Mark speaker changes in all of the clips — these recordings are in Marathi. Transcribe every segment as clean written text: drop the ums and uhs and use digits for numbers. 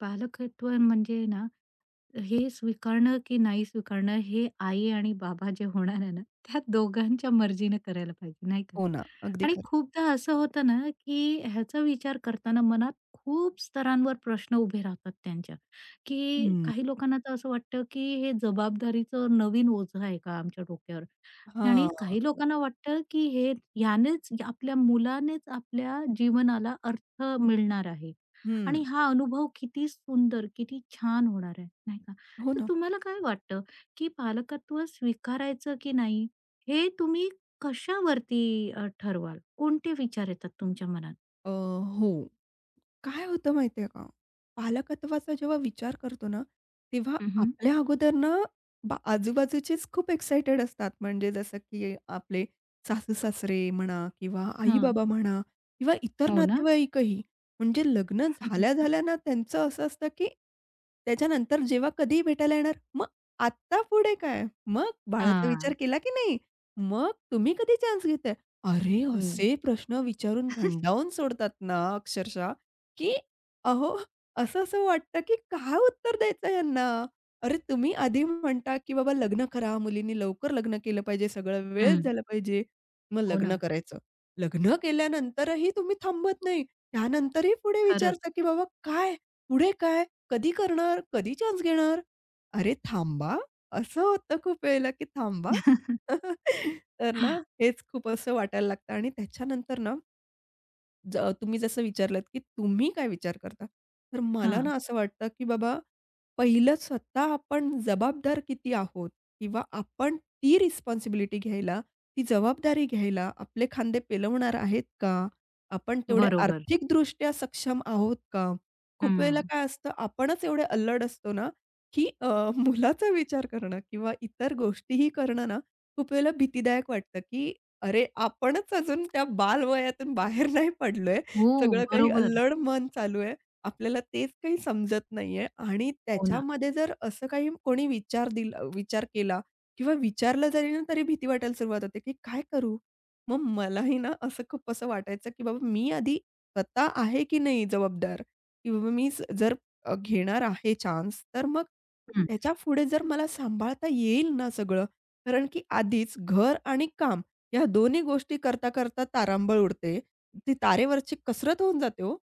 Speaker 1: पालकत्व म्हणजे ना, हे स्वीकारणं की नाही स्वीकारणं हे आई आणि बाबा जे होणार आहे ना, त्या दोघांच्या मर्जीने करायला पाहिजे, नाही का?
Speaker 2: हो ना. अगदी
Speaker 1: आणि
Speaker 2: खरं.
Speaker 1: खूपदा असं होतं ना, की ह्याचा विचार करताना मनात खूप स्तरांवर प्रश्न उभे राहतात त्यांच्या, की
Speaker 2: हं.
Speaker 1: काही लोकांना तर असं वाटतं, की हे जबाबदारीचं नवीन ओझं आहे का आमच्या डोक्यावर? आणि
Speaker 2: हां.
Speaker 1: काही लोकांना वाटतं, की हे ह्यानेच आपल्या मुलानेच आपल्या जीवनाला अर्थ मिळणार आहे. आणि
Speaker 2: हं.
Speaker 1: हा अनुभव किती सुंदर, किती छान होणार आहे, नाही का?
Speaker 2: हो
Speaker 1: तर
Speaker 2: ना.
Speaker 1: तुम्हाला काय वाटतं, की पालकत्व स्वीकारायचं की नाही, हे तुम्ही कशावरती ठरवाल? कोणते विचार येतात तुमच्या मनात?
Speaker 2: अ, हो. काय होतं माहिती आहे का? पालकत्वाचा जेव्हा विचार करतो ना, तेव्हा
Speaker 1: हं,
Speaker 2: आपल्या अगोदर ना आजूबाजूचेच खूप एक्साइटेड असतात. म्हणजे जसं की आपले सासू-सासरे म्हणा किंवा
Speaker 1: हां.
Speaker 2: आई-बाबा म्हणा किंवा इतर
Speaker 1: हो ना?
Speaker 2: नातेवाईकही. म्हणजे लग्न झाल्या-झाल्या ना त्यांचं असं असतं, की त्याच्यानंतर जेव्हा कधीही भेटायला येणार, "मग आत्ता पुढे काय? मग बाळाचा विचार
Speaker 1: हां.
Speaker 2: केला की नाही? मग तुम्ही कधी चान्स घेताय?" अरे,
Speaker 1: हं.
Speaker 2: असे प्रश्न विचारून भंडावून सोडतात ना अक्षरशः. की अहो, असं-असं वाटतं की काय उत्तर द्यायचं ह्यांना? अरे, तुम्ही आधी म्हणता की बाबा लग्न करा, मुलींनी लवकर लग्न केलं पाहिजे, सगळं वेळेत
Speaker 1: हं.
Speaker 2: झालं पाहिजे, मग
Speaker 1: हो
Speaker 2: लग्न
Speaker 1: ना.
Speaker 2: करायचं. लग्न केल्यानंतरही तुम्ही थांबत नाही. त्यानंतरही पुढे
Speaker 1: खरंच.
Speaker 2: विचारता की बाबा काय? पुढे काय? कधी करणार? कधी चान्स घेणार? अरे थांबा. असं होतं खूप वेळेला की थांबा. तर ना, हेच खूप असं वाटायला लागतं आणि त्याच्यानंतर ना तुम्ही जसं विचारलत, की तुम्ही काय विचार करता? तर मला
Speaker 1: हां.
Speaker 2: ना असं वाटतं, की बाबा पहिलं स्वतः आपण जबाबदार किती आहोत किंवा आपण ती रिस्पॉन्सिबिलिटी घ्यायला, ती जबाबदारी घ्यायला आपले खांदे पेलवणार आहेत का? आपण तेवढे
Speaker 1: बरोबर.
Speaker 2: आर्थिकदृष्ट्या सक्षम आहोत का? खूप वेळेला
Speaker 1: हं.
Speaker 2: काय असतं आपणच एवढे अल्लड असतो ना, की मुलाचा विचार करणं किंवा इतर गोष्टीही करणं ना, खूप वेळेला भीतीदायक वाटतं, की अरे, आपणच अजून त्या बालवयातून बाहेर नाही पडलोय.
Speaker 1: हो,
Speaker 2: सगळं काही
Speaker 1: बरोबर.
Speaker 2: अल्लड मन चालू आहे. आपल्याला तेच काही समजत नाहीये आणि
Speaker 1: हो ना.
Speaker 2: त्याच्यामध्ये जर असं काही कोणी विचार केला किंवा विचारलं जरी ना, तरी भीती वाटायला सुरुवात होते, की काय करू? मग मलाही ना असं खूप असं वाटायचं, की बाबा मी आधी स्वतः आहे की नाही जबाबदार? की बाबा जर घेणार आहे चान्स, तर मग
Speaker 1: हं.
Speaker 2: त्याच्यापुढे जर मला सांभाळता येईल ना सगळं. कारण की आधीच घर आणि काम या दोन्ही गोष्टी करता, करता तारांबळ उडते. ती तारेवरची कसरत होऊन जाते हो,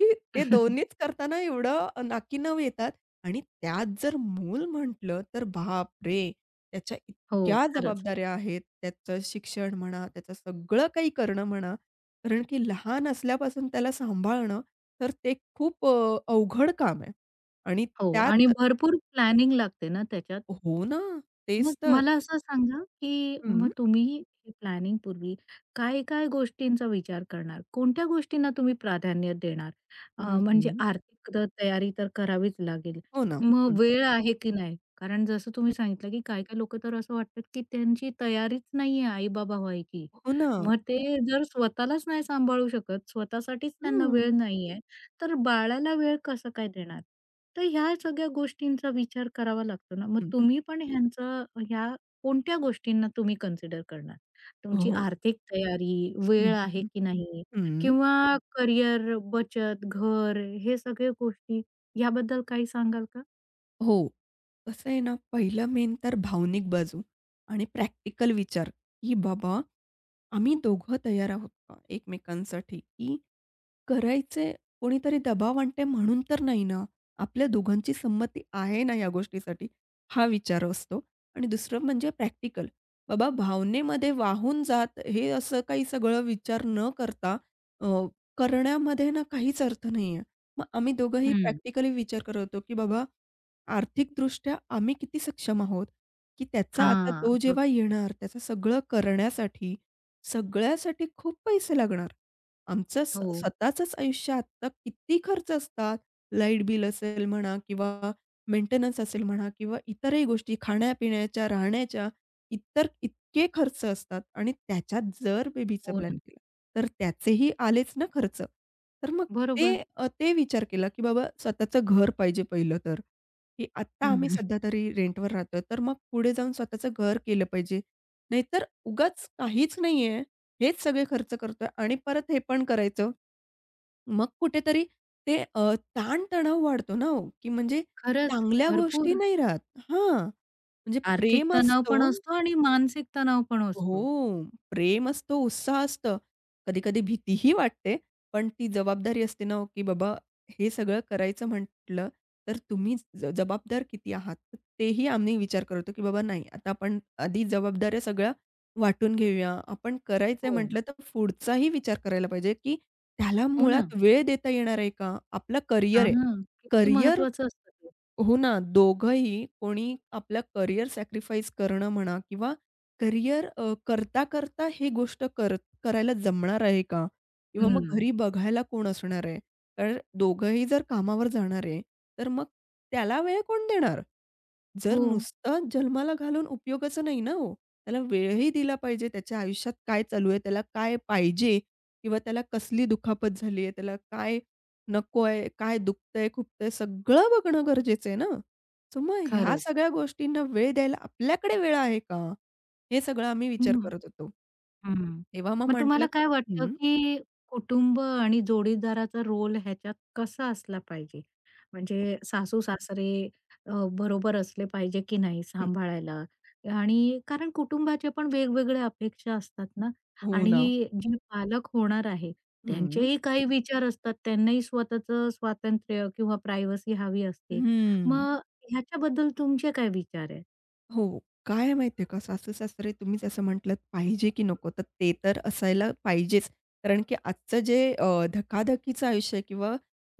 Speaker 2: की ते दोन्हीच करताना एवढं नाकीनऊ येतात आणि त्यात जर मूल म्हटलं, तर बापरे! त्याच्या
Speaker 1: हो,
Speaker 2: इतक्या
Speaker 1: खरंच.
Speaker 2: जबाबदाऱ्या आहेत. त्याचं शिक्षण म्हणा, त्याचं सगळं काही करणं म्हणा. कारण की लहान असल्यापासून त्याला सांभाळणं, तर ते खूप अवघड काम आहे आणि
Speaker 1: हो आणि
Speaker 2: त्यात
Speaker 1: भरपूर प्लॅनिंग लागते ना त्याच्यात.
Speaker 2: हो ना,
Speaker 1: मग
Speaker 2: तेच तर.
Speaker 1: मला असं सांगा, की
Speaker 2: हं,
Speaker 1: मग तुम्ही प्लॅनिंगपूर्वी काय-काय गोष्टींचा विचार करणार? कोणत्या गोष्टींना तुम्ही प्राधान्य देणार?
Speaker 2: हं,
Speaker 1: म्हणजे
Speaker 2: हं.
Speaker 1: आर्थिक तर तयारी तर करावीच लागेल.
Speaker 2: हो ना. हं,
Speaker 1: मग वेळ आहे की नाही? कारण जसं तुम्ही
Speaker 2: हं.
Speaker 1: सांगितलं, की काही-काही लोकं तर असं वाटतात, की त्यांची तयारीच नाहीये आई-बाबा व्हायची.
Speaker 2: हो ना.
Speaker 1: मग ते जर स्वतःलाच नाही सांभाळू शकत, स्वतःसाठीच त्यांना वेळ
Speaker 2: हं.
Speaker 1: नाहीये, तर बाळाला वेळ कसा काय देणार? तर ह्या सगळ्या गोष्टींचा विचार करावा लागतो ना. मग
Speaker 2: हं.
Speaker 1: तुम्ही पण ह्यांचं ह्या कोणत्या गोष्टींना तुम्ही कन्सिडर करणार?
Speaker 2: हो,
Speaker 1: तुमची
Speaker 2: हो.
Speaker 1: आर्थिक तयारी,
Speaker 2: हं,
Speaker 1: वेळ
Speaker 2: हं,
Speaker 1: आहे
Speaker 2: हं.
Speaker 1: की नाही
Speaker 2: हं.
Speaker 1: किंवा करियर, बचत, घर हे सगळे गोष्टी याबद्दल काही सांगाल का?
Speaker 2: हो. कसं आहे ना, पहिलं मेन तर भावनिक बाजू आणि प्रॅक्टिकल विचार, की बाबा आम्ही दोघं तयार आहोत का एकमेकांसाठी, की करायचे कोणीतरी दबाव आणते म्हणून तर नाही ना. आपल्या दोघांची संमती आहे ना या गोष्टीसाठी, हा विचार असतो. आणि दुसरं म्हणजे प्रॅक्टिकल. बाबा भावनेमध्ये वाहून जात हे असं काही सगळं विचार न करता अ, करण्यामध्ये ना काहीच अर्थ नाहीये. मग आम्ही दोघंही
Speaker 1: हं.
Speaker 2: प्रॅक्टिकली विचार करत होतो, की बाबा आर्थिकदृष्ट्या आम्ही किती सक्षम आहोत, की त्याचा आता
Speaker 1: हां.
Speaker 2: तो
Speaker 1: बघ
Speaker 2: जेव्हा येणार त्याचं सगळं करण्यासाठी, सगळ्यासाठी खूप पैसे लागणार. आमचं स
Speaker 1: हो.
Speaker 2: स्वतःचंच आयुष्य आत्ता किती खर्च असतात. लाईट बिल असेल म्हणा किंवा मेंटेनन्स असेल म्हणा किंवा इतरही गोष्टी खाण्यापिण्याच्या, राहण्याच्या इतके खर्च असतात आणि त्याच्यात जर बेबीचं
Speaker 1: हो
Speaker 2: प्लॅन
Speaker 1: ना.
Speaker 2: केलं, तर त्याचेही आलेच ना खर्च. तर मग
Speaker 1: बरोबर.
Speaker 2: ते विचार केला, की बाबा स्वतःचं घर पाहिजे पहिलं तर, की आत्ता आम्ही
Speaker 1: हं.
Speaker 2: सध्या तरी रेंटवर राहतोय, तर मग पुढे जाऊन स्वतःचं घर केलं पाहिजे. नाहीतर उगाच काहीच नाहीये हेच सगळे खर्च करतोय आणि परत हे पण करायचं. मग कुठेतरी ताण-तणाव वाढतो ना हो, की म्हणजे
Speaker 1: खरंच
Speaker 2: चांगल्या गोष्टी
Speaker 1: भरपूर
Speaker 2: नाही राहत. हां. म्हणजे
Speaker 1: आर्थिक
Speaker 2: प्रेम
Speaker 1: तणाव
Speaker 2: असतो
Speaker 1: पण असतो आणि मानसिक तणाव पण असतो.
Speaker 2: हो. प्रेम असतं, उत्साह असतं. कधी-कधी भीतीही वाटते, पण ती जबाबदारी असते ना, हो, की बाबा हे सगळं करायचं म्हटलं, तर तुम्ही जबाबदार किती आहात? तर तेही आम्ही विचार करतो, की बाबा नाही, आता आपण आधी जबाबदाऱ्या सगळ्या वाटून घेऊया. आपण करायचंय
Speaker 1: हो.
Speaker 2: म्हटलं, तर पुढचाही विचार करायला पाहिजे, की त्याला
Speaker 1: हो ना.
Speaker 2: मुळात वेळ देता येणार आहे का? आपलं करिअर आहे.
Speaker 1: हां, किती
Speaker 2: करिअर
Speaker 1: महत्वाचं असतं ते.
Speaker 2: हो ना, दोघंही कोणी आपलं करियर सॅक्रिफाईस करणं म्हणा किंवा करियर करता-करता हे गोष्ट कर करायला जमणार आहे का? किंवा मग
Speaker 1: हं.
Speaker 2: घरी बघायला कोण असणार आहे? तर दोघंही जर कामावर जाणार आहे, तर मग त्याला वेळ कोण देणार? जर
Speaker 1: हो.
Speaker 2: नुसतं जन्माला घालून उपयोगाचं नाही ना हो. त्याला वेळही दिला पाहिजे. त्याच्या आयुष्यात काय चालू आहे? त्याला काय पाहिजे? किंवा त्याला कसली दुखापत झाली आहे? त्याला काय नकोय, काय दुखतंय, खुपतंय सगळं बघणं गरजेचं आहे ना. सो मग ह्या
Speaker 1: खरंच.
Speaker 2: सगळ्या गोष्टींना वेळ द्यायला आपल्याकडे वेळ आहे का? हे सगळं आम्ही विचार
Speaker 1: हं.
Speaker 2: करत होतो.
Speaker 1: हं.
Speaker 2: तेव्हा मग
Speaker 1: मग
Speaker 2: म्हटलं
Speaker 1: तुम्हाला काय वाटतं,
Speaker 2: हं,
Speaker 1: की कुटुंब आणि जोडीदाराचा रोल ह्याच्यात कसा असला पाहिजे? म्हणजे सासू-सासरे अ, बरोबर असले पाहिजे की नाही
Speaker 2: हं.
Speaker 1: सांभाळायला? आणि कारण कुटुंबाच्या पण वेगवेगळ्या अपेक्षा असतात ना
Speaker 2: हो
Speaker 1: आणि
Speaker 2: ना.
Speaker 1: जे पालक होणार आहे,
Speaker 2: हं,
Speaker 1: त्यांचेही काही विचार असतात. त्यांनाही स्वतःचं स्वातंत्र्य किंवा प्रायव्हसी हवी असते.
Speaker 2: हं.
Speaker 1: मग ह्याच्याबद्दल तुमचे काय विचार आहे?
Speaker 2: हो. काय आहे माहिती आहे का, सासू-सासरे तुम्हीच असं म्हटलत पाहिजे की नको, तर ते तर असायला पाहिजेच. कारण की आजचं जे धकाधकीचं आयुष्य आहे किंवा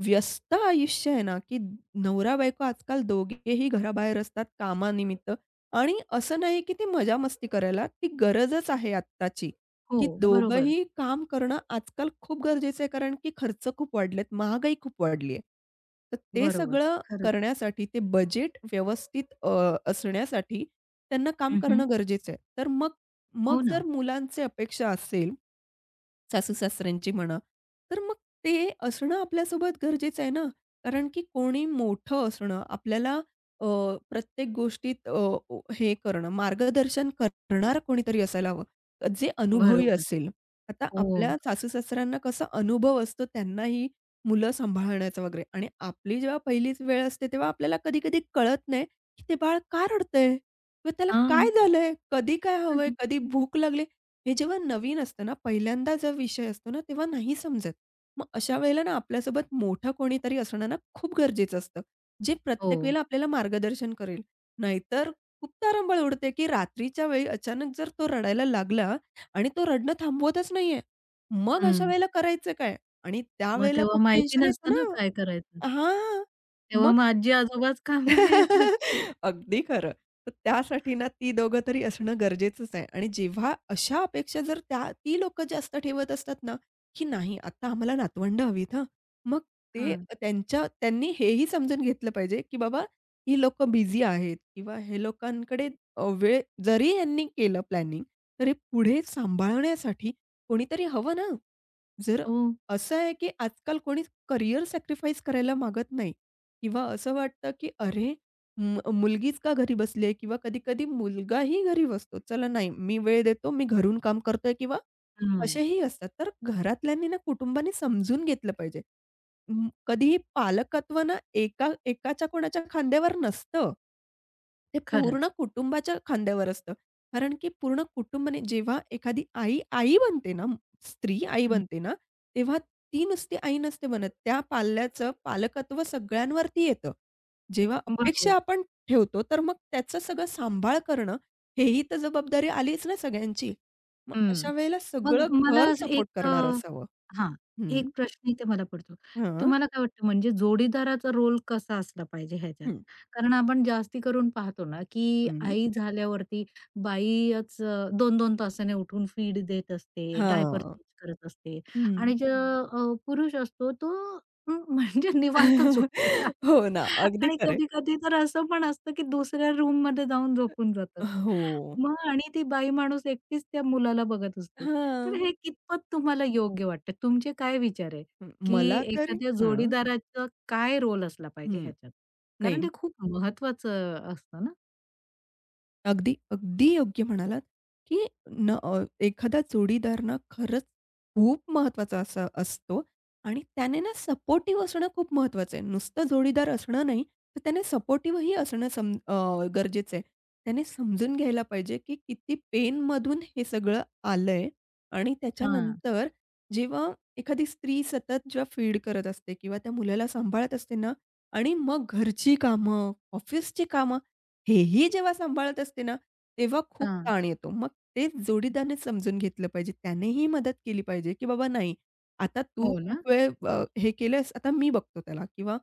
Speaker 2: व्यस्त आयुष्य आहे ना, की नवरा-बायको आजकाल दोघेही घराबाहेर असतात कामानिमित्त आणि असं नाही की ते मजा-मस्ती करायला, ती गरजच आहे आत्ताची.
Speaker 1: हो,
Speaker 2: की
Speaker 1: बरोबर,
Speaker 2: दोघंही काम करणं आजकाल खूप गरजेचं आहे, कारण की खर्च खूप वाढलेत, महागाई खूप वाढली आहे. तर ते
Speaker 1: बरोबर.
Speaker 2: सगळं
Speaker 1: खरंच.
Speaker 2: करण्यासाठी ते बजेट व्यवस्थित असण्यासाठी त्यांना काम करणं गरजेचं आहे. तर मग
Speaker 1: हो
Speaker 2: मग जर
Speaker 1: ना,
Speaker 2: मुलांची अपेक्षा असेल सासू-सासऱ्यांची म्हणा. तर मग ते असणं आपल्यासोबत गरजेचं आहे ना, कारण की कोणी मोठं असणं आपल्याला अ, प्रत्येक गोष्टीत अ, ओ हे करणं मार्गदर्शन करणार कोणीतरी असायला हवं, जे अनुभवी
Speaker 1: बरोबर.
Speaker 2: असेल. आता आपल्या
Speaker 1: हो.
Speaker 2: सासू-सासऱ्यांना कसा अनुभव असतो त्यांना ही मुलं सांभाळण्याचा वगैरे आणि आपली जेव्हा पहिलीच वेळ असते तेव्हा आपल्याला कधी-कधी कळत नाही, की ते बाळ का रडतंय? किंवा त्याला
Speaker 1: हां.
Speaker 2: काय झालंय? कधी काय हवंय? कधी भूक लागली? हे जेव्हा नवीन असतं ना, पहिल्यांदा जो विषय असतो ना, तेव्हा नाही समजत. मग अशा वेळेला ना, आपल्यासोबत मोठं कोणीतरी असणं ना, खूप गरजेचं असतं, जे
Speaker 1: हो.
Speaker 2: प्रत्येक वेळेला आपल्याला मार्गदर्शन करेल. नाहीतर खूप तारंबळ उडते, की रात्रीच्या वेळी अचानक जर तो रडायला लागला आणि तो रडणं थांबवतच नाहीये, मग अशा
Speaker 1: हं.
Speaker 2: वेळेला करायचं काय? आणि
Speaker 1: मग
Speaker 2: त्यावेळेला
Speaker 1: तेव्हा
Speaker 2: खूप
Speaker 1: माहिती
Speaker 2: टेन्शन येतं
Speaker 1: नसतं ना काय
Speaker 2: ना
Speaker 1: करायचं.
Speaker 2: हां.
Speaker 1: तेव्हा मग आजी-आजोबाच कामं येतात.
Speaker 2: अगदी खरं. तर त्यासाठी ना ती दोघं तरी असणं गरजेचंच आहे आणि जेव्हा अशा अपेक्षा जर त्या ती लोकं जास्त ठेवत असतात ना, की नाही आता आम्हाला नातवंड हवीत हं. मग ते
Speaker 1: हां.
Speaker 2: त्यांच्या त्यांनी हेही समजून घेतलं पाहिजे, की बाबा ही लोकं बिझी आहेत किंवा हे लोकांकडे वेळ जरी यांनी केलं प्लॅनिंग, तरी पुढे सांभाळण्यासाठी कोणीतरी हवं ना. जर
Speaker 1: हो.
Speaker 2: असं आहे, की आजकाल कोणी करियर सॅक्रिफाईस करायला मागत नाही. किंवा असं वाटतं, की अरे, मुलगीच का घरी बसली आहे? किंवा कधी-कधी मुलगाही घरी बसतो. चला नाही, मी वेळ देतो, मी घरून काम करतोय किंवा
Speaker 1: हं.
Speaker 2: असेही असतात. तर घरातल्यांनी ना, कुटुंबाने समजून घेतलं पाहिजे. कधीही पालकत्व ना, एका एकाच्या कोणाच्या खांद्यावर नसतं. ते पूर्ण
Speaker 1: खरंच.
Speaker 2: कुटुंबाच्या खांद्यावर असतं. कारण की पूर्ण कुटुंबाने जेव्हा एखादी आई, आई बनते ना, स्त्री आई
Speaker 1: हं.
Speaker 2: बनते ना तेव्हा ती नसती, आई नसते बनत. त्या पाल्याचं पालकत्व सगळ्यांवरती येतं. जेव्हा अपेक्षा
Speaker 1: बरोबर.
Speaker 2: आपण ठेवतो, तर मग त्याचं सगळं सांभाळ करणं, हेही तर जबाबदारी आलीच ना सगळ्यांची. मग
Speaker 1: हं.
Speaker 2: अशा वेळेला
Speaker 1: मग
Speaker 2: सगळं
Speaker 1: मला
Speaker 2: घर
Speaker 1: असं
Speaker 2: सपोर्ट
Speaker 1: एक
Speaker 2: करणारं असावं.
Speaker 1: हां.
Speaker 2: हं,
Speaker 1: एक प्रश्न इथे मला पडतो.
Speaker 2: हां,
Speaker 1: तुम्हाला काय वाटतं म्हणजे जोडीदाराचा रोल कसा असला पाहिजे ह्याच्यात?
Speaker 2: हं,
Speaker 1: कारण आपण जास्ती करून पाहतो ना, की
Speaker 2: हं.
Speaker 1: आई झाल्यावरती बाईच 2 दोन तासाने उठून फीड देत असते, डायपर
Speaker 2: हां,
Speaker 1: चेंज करत असते आणि
Speaker 2: हं.
Speaker 1: जो पुरुष असतो तो म्हणजे निवांत झोपलेला
Speaker 2: हो ना, अगदी
Speaker 1: आणि
Speaker 2: खरं
Speaker 1: कधी-कधी तर असं पण असतं, की दुसऱ्या रूममध्ये जाऊन झोपून जातात.
Speaker 2: हो.
Speaker 1: मग आणि ती बाई माणूस एकटीच त्या मुलाला बघत असते. तर
Speaker 2: हां,
Speaker 1: हे कितपत तुम्हाला योग्य वाटतं? तुमचे काय विचार आहे, की
Speaker 2: मला तरी
Speaker 1: एखाद्या
Speaker 2: हां,
Speaker 1: जोडीदाराचा काय रोल असला पाहिजे
Speaker 2: हं.
Speaker 1: ह्याच्यात?
Speaker 2: नाही
Speaker 1: कारण ते खूप महत्वाचं असतं ना?
Speaker 2: अगदी, अगदी योग्य म्हणालात, की एखादा जोडीदार ना खरंच खूप महत्त्वाचा असा असतो आणि त्याने ना सपोर्टिव्ह असणं खूप महत्त्वाचं आहे. नुसतं जोडीदार असणं नाही, तर त्याने सपोर्टिव्हही असणं गरजेचं आहे. त्याने समजून घ्यायला पाहिजे, की किती पेनमधून हे सगळं आलंय आणि
Speaker 1: हां,
Speaker 2: त्याच्यानंतर जेव्हा एखादी स्त्री सतत जेव्हा फीड करत असते किंवा त्या मुलाला सांभाळत असते ना आणि मग घरची कामं, ऑफिसची कामं हेही जेव्हा सांभाळत असते ना, तेव्हा खूप
Speaker 1: हां.
Speaker 2: ताण येतो. मग तेच जोडीदाराने समजून घेतलं पाहिजे. त्यानेही मदत केली पाहिजे, की "बाबा नाही, आता तू
Speaker 1: हो ना?
Speaker 2: खूप वेळ हे केलंस, आता मी बघतो त्याला" किंवा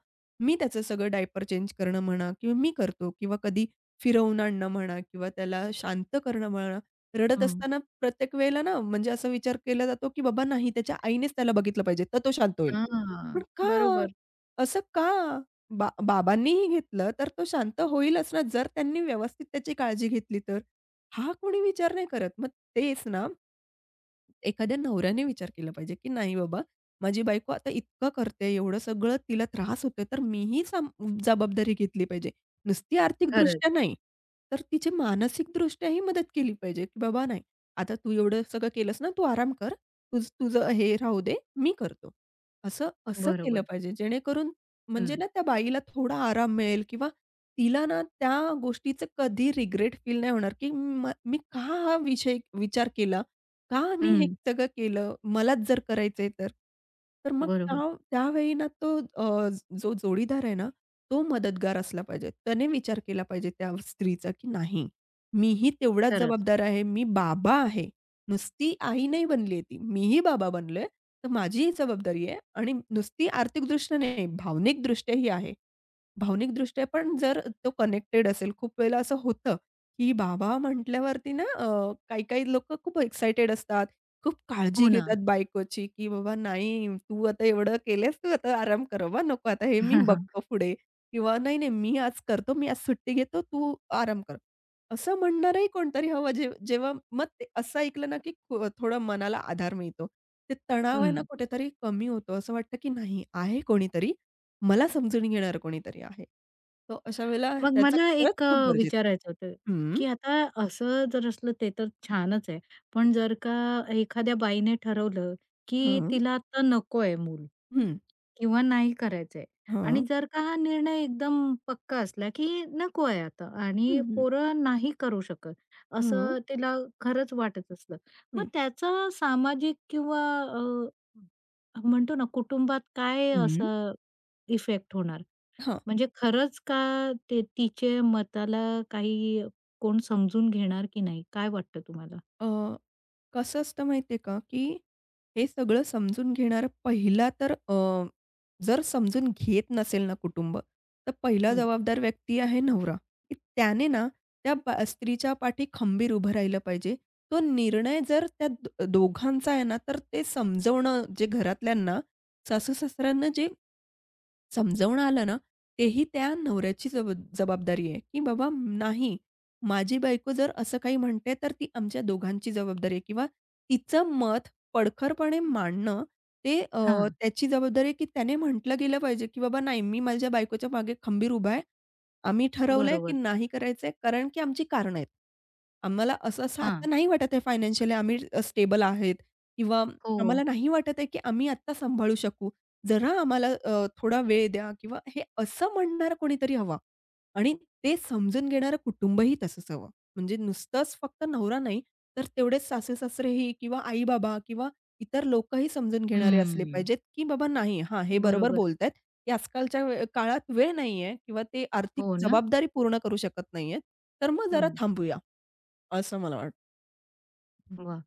Speaker 2: "मी त्याचं सगळं डायपर चेंज करणं म्हणा किंवा मी करतो" किंवा कधी फिरवून आणणं म्हणा किंवा त्याला शांत करणं म्हणा. रडत
Speaker 1: हं.
Speaker 2: असताना प्रत्येक वेळेला ना, म्हणजे असा विचार केला जातो, की "बाबा नाही, त्याच्या आईनेच त्याला बघितलं पाहिजे, तर तो शांत होईल."
Speaker 1: हां,
Speaker 2: पण का?
Speaker 1: बरोबर.
Speaker 2: असं का? बाबांनीही घेतलं, तर तो शांत होईलच ना, जर त्यांनी व्यवस्थित त्याची काळजी घेतली तर. हा कोणी विचार नाही करत. मग तेच ना एखाद्या नवऱ्याने विचार केला पाहिजे, की नाही बाबा माझी बायको आता इतकं करते, एवढं सगळं तिला त्रास होतोय, तर मीही जबाबदारी घेतली पाहिजे. नुसती
Speaker 1: खरंच.
Speaker 2: आर्थिकदृष्ट्या नाही, तर तिची मानसिकदृष्ट्याही मदत केली पाहिजे, की बाबा नाही, आता तू एवढं सगळं केलंस ना, तू आराम कर. तुझं हे राहू दे, मी करतो. असं असं केलं
Speaker 1: बरोबर.
Speaker 2: पाहिजे, जेणेकरून म्हणजे
Speaker 1: हं.
Speaker 2: ना, त्या बाईला थोडा आराम मिळेल किंवा तिला ना, त्या गोष्टीचं कधी रिग्रेट फील नाही होणार, की मी का हा विषय विचार केला का मी हे
Speaker 1: हं,
Speaker 2: सगळं केलं? मलाच जर करायचंय तर. तर मग
Speaker 1: बरोबर.
Speaker 2: त्या त्यावेळी ना जो जोडीदार आहे ना, तो मदतगार असला पाहिजे. त्याने विचार केला पाहिजे त्या स्त्रीचा, की नाही, मीही तेवढाच
Speaker 1: खरंच.
Speaker 2: जबाबदार आहे. मी बाबा आहे. नुसती आई नाही बनली आहे ती. मीही बाबा बनलोय. तर माझीही जबाबदारी आहे आणि नुसती आर्थिकदृष्ट्या नाही, भावनिकदृष्ट्याही आहे. भावनिकदृष्ट्या पण जर तो कनेक्टेड असेल, खूप वेळेला असं होतं, की बाबा म्हटल्यावरती ना काही-काही लोकं खूप एक्साइटेड असतात, खूप काळजी
Speaker 1: हो ना.
Speaker 2: घेतात बायकोची, की "बाबा नाही, तू आता एवढं केलंस, तू आता आराम कर बाबा, नको आता हे मी बघतो पुढे" किंवा "नाही, नाही, मी आज करतो, मी आज सुट्टी घेतो, तू आराम कर." असं म्हणणारही कोणतरी हवं जे जेव्हा मग ते असं ऐकलं ना, की थोडं मनाला आधार मिळतो. ते तणाव आहे ना
Speaker 1: हं.
Speaker 2: कुठेतरी कमी होतो. असं वाटतं, की नाही आहे कोणीतरी मला समजून घेणारं कोणीतरी आहे. तो अशा वेळेला
Speaker 1: मग
Speaker 2: त्याचा
Speaker 1: मला
Speaker 2: खरंच
Speaker 1: एक
Speaker 2: खूप गरजेचं आहे.
Speaker 1: विचारायचं होतं,
Speaker 2: हं,
Speaker 1: की आता असं जर असलं ते तर छानच आहे. पण जर का एखाद्या बाईने ठरवलं, की
Speaker 2: हं,
Speaker 1: तिला आता नकोय मूल
Speaker 2: हं,
Speaker 1: किंवा नाही करायचंय आणि
Speaker 2: हां,
Speaker 1: जर का हा निर्णय एकदम पक्का असला, की नको आहे आता
Speaker 2: हं,
Speaker 1: आणि
Speaker 2: हं,
Speaker 1: पोरं नाही करू शकत,
Speaker 2: हं,
Speaker 1: असं तिला खरंच वाटत असलं. मग
Speaker 2: हं,
Speaker 1: त्याचा सामाजिक किंवा म्हणतो ना कुटुंबात काय
Speaker 2: हं,
Speaker 1: असा इफेक्ट होणार?
Speaker 2: हां.
Speaker 1: म्हणजे खरंच का ते तिचे मताला काही कोण समजून घेणार की नाही? काय वाटतं तुम्हाला?
Speaker 2: अ, कसं असतं माहिती आहे का, की हे सगळं समजून घेणारा पहिला तर जर समजून घेत नसेल ना कुटुंब, तर पहिला
Speaker 1: हं.
Speaker 2: जबाबदार व्यक्ती आहे नवरा, की त्याने ना त्या ब स्त्रीच्या पाठी खंबीर उभं राहिलं पाहिजे. तो निर्णय जर त्या दोघांचा आहे ना, तर ते समजवणं जे घरातल्यांना, सासू-सासऱ्यांना जे समजावून आलं ना, तेही त्या नवऱ्याची जबाबदारी आहे, की बाबा नाही, माझी बायको जर असं काही म्हणते, तर ती आमच्या दोघांची जबाबदारी आहे किंवा तिचं मत पडखरपणे मांडणं ते अ,
Speaker 1: हां.
Speaker 2: त्याची जबाबदारी आहे, की त्याने म्हटलं गेलं पाहिजे, की बाबा नाही, मी माझ्या बायकोच्या मागे खंबीर उभा आहे. आम्ही ठरवलंय, की
Speaker 1: बरोबर.
Speaker 2: नाही करायचंय कारण की आमची कारणं आहेत. आम्हाला असं-असं
Speaker 1: हां.
Speaker 2: आता नाही वाटत आहे फायनान्शियली आम्ही स्टेबल आहेत किंवा
Speaker 1: हो.
Speaker 2: आम्हाला नाही वाटत आहे, की आम्ही आत्ता सांभाळू शकू. जरा आम्हाला थोडा वेळ द्या किंवा हे असं म्हणणारं कोणीतरी हवा, आणि ते समजून घेणारं कुटुंबही तसंच हवं. म्हणजे नुसतंच फक्त नवरा नाही, तर तेवढेच सासू-सासरेही किंवा आई-बाबा किंवा इतर लोकही समजून घेणारे असले
Speaker 1: हम्म.
Speaker 2: पाहिजेत, की बाबा नाही, हां, हे बरोबर
Speaker 1: बरोबर.
Speaker 2: बोलतायत, की आजकालच्या काळात वेळ नाहीये किंवा ते आर्थिक
Speaker 1: हो ना?
Speaker 2: जबाबदारी पूर्ण करू शकत नाहीयेत, तर मग जरा
Speaker 1: हं.
Speaker 2: थांबूया, असं मला वाटतं.
Speaker 1: वाह!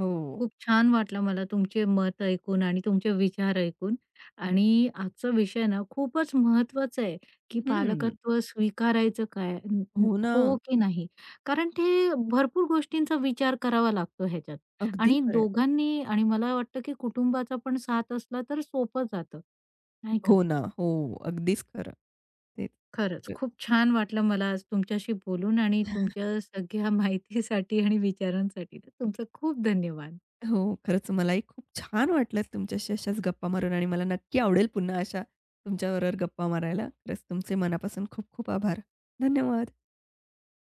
Speaker 2: हो.
Speaker 1: खूप छान वाटलं मला तुमचे मत ऐकून आणि तुमचे विचार ऐकून. आणि आजचा विषय ना खूपच महत्वाचा आहे, की
Speaker 2: हं.
Speaker 1: पालकत्व स्वीकारायचं काय? न न
Speaker 2: हो ना.
Speaker 1: हो की नाही? कारण ते भरपूर गोष्टींचा विचार करावा लागतो ह्याच्यात.
Speaker 2: अगदी
Speaker 1: आणि
Speaker 2: खरं
Speaker 1: दोघांनी आणि मला वाटतं, की कुटुंबाचा पण साथ असला तर सोपं जातं, नाही का?
Speaker 2: हो ना. हो. अगदीच खरं. तेच.
Speaker 1: खरंच
Speaker 2: खरंच.
Speaker 1: खूप छान वाटलं मला आज तुमच्याशी बोलून आणि तुमच्या सगळ्या माहितीसाठी आणि विचारांसाठी. तर तुमचं खूप धन्यवाद.
Speaker 2: हो. खरंच मलाही खूप छान वाटलं तुमच्याशी अशाच गप्पा मारून आणि मला नक्की आवडेल पुन्हा अशा तुमच्याबरोबर गप्पा मारायला. खरंच तुमचे मनापासून खूप खूप आभार. धन्यवाद.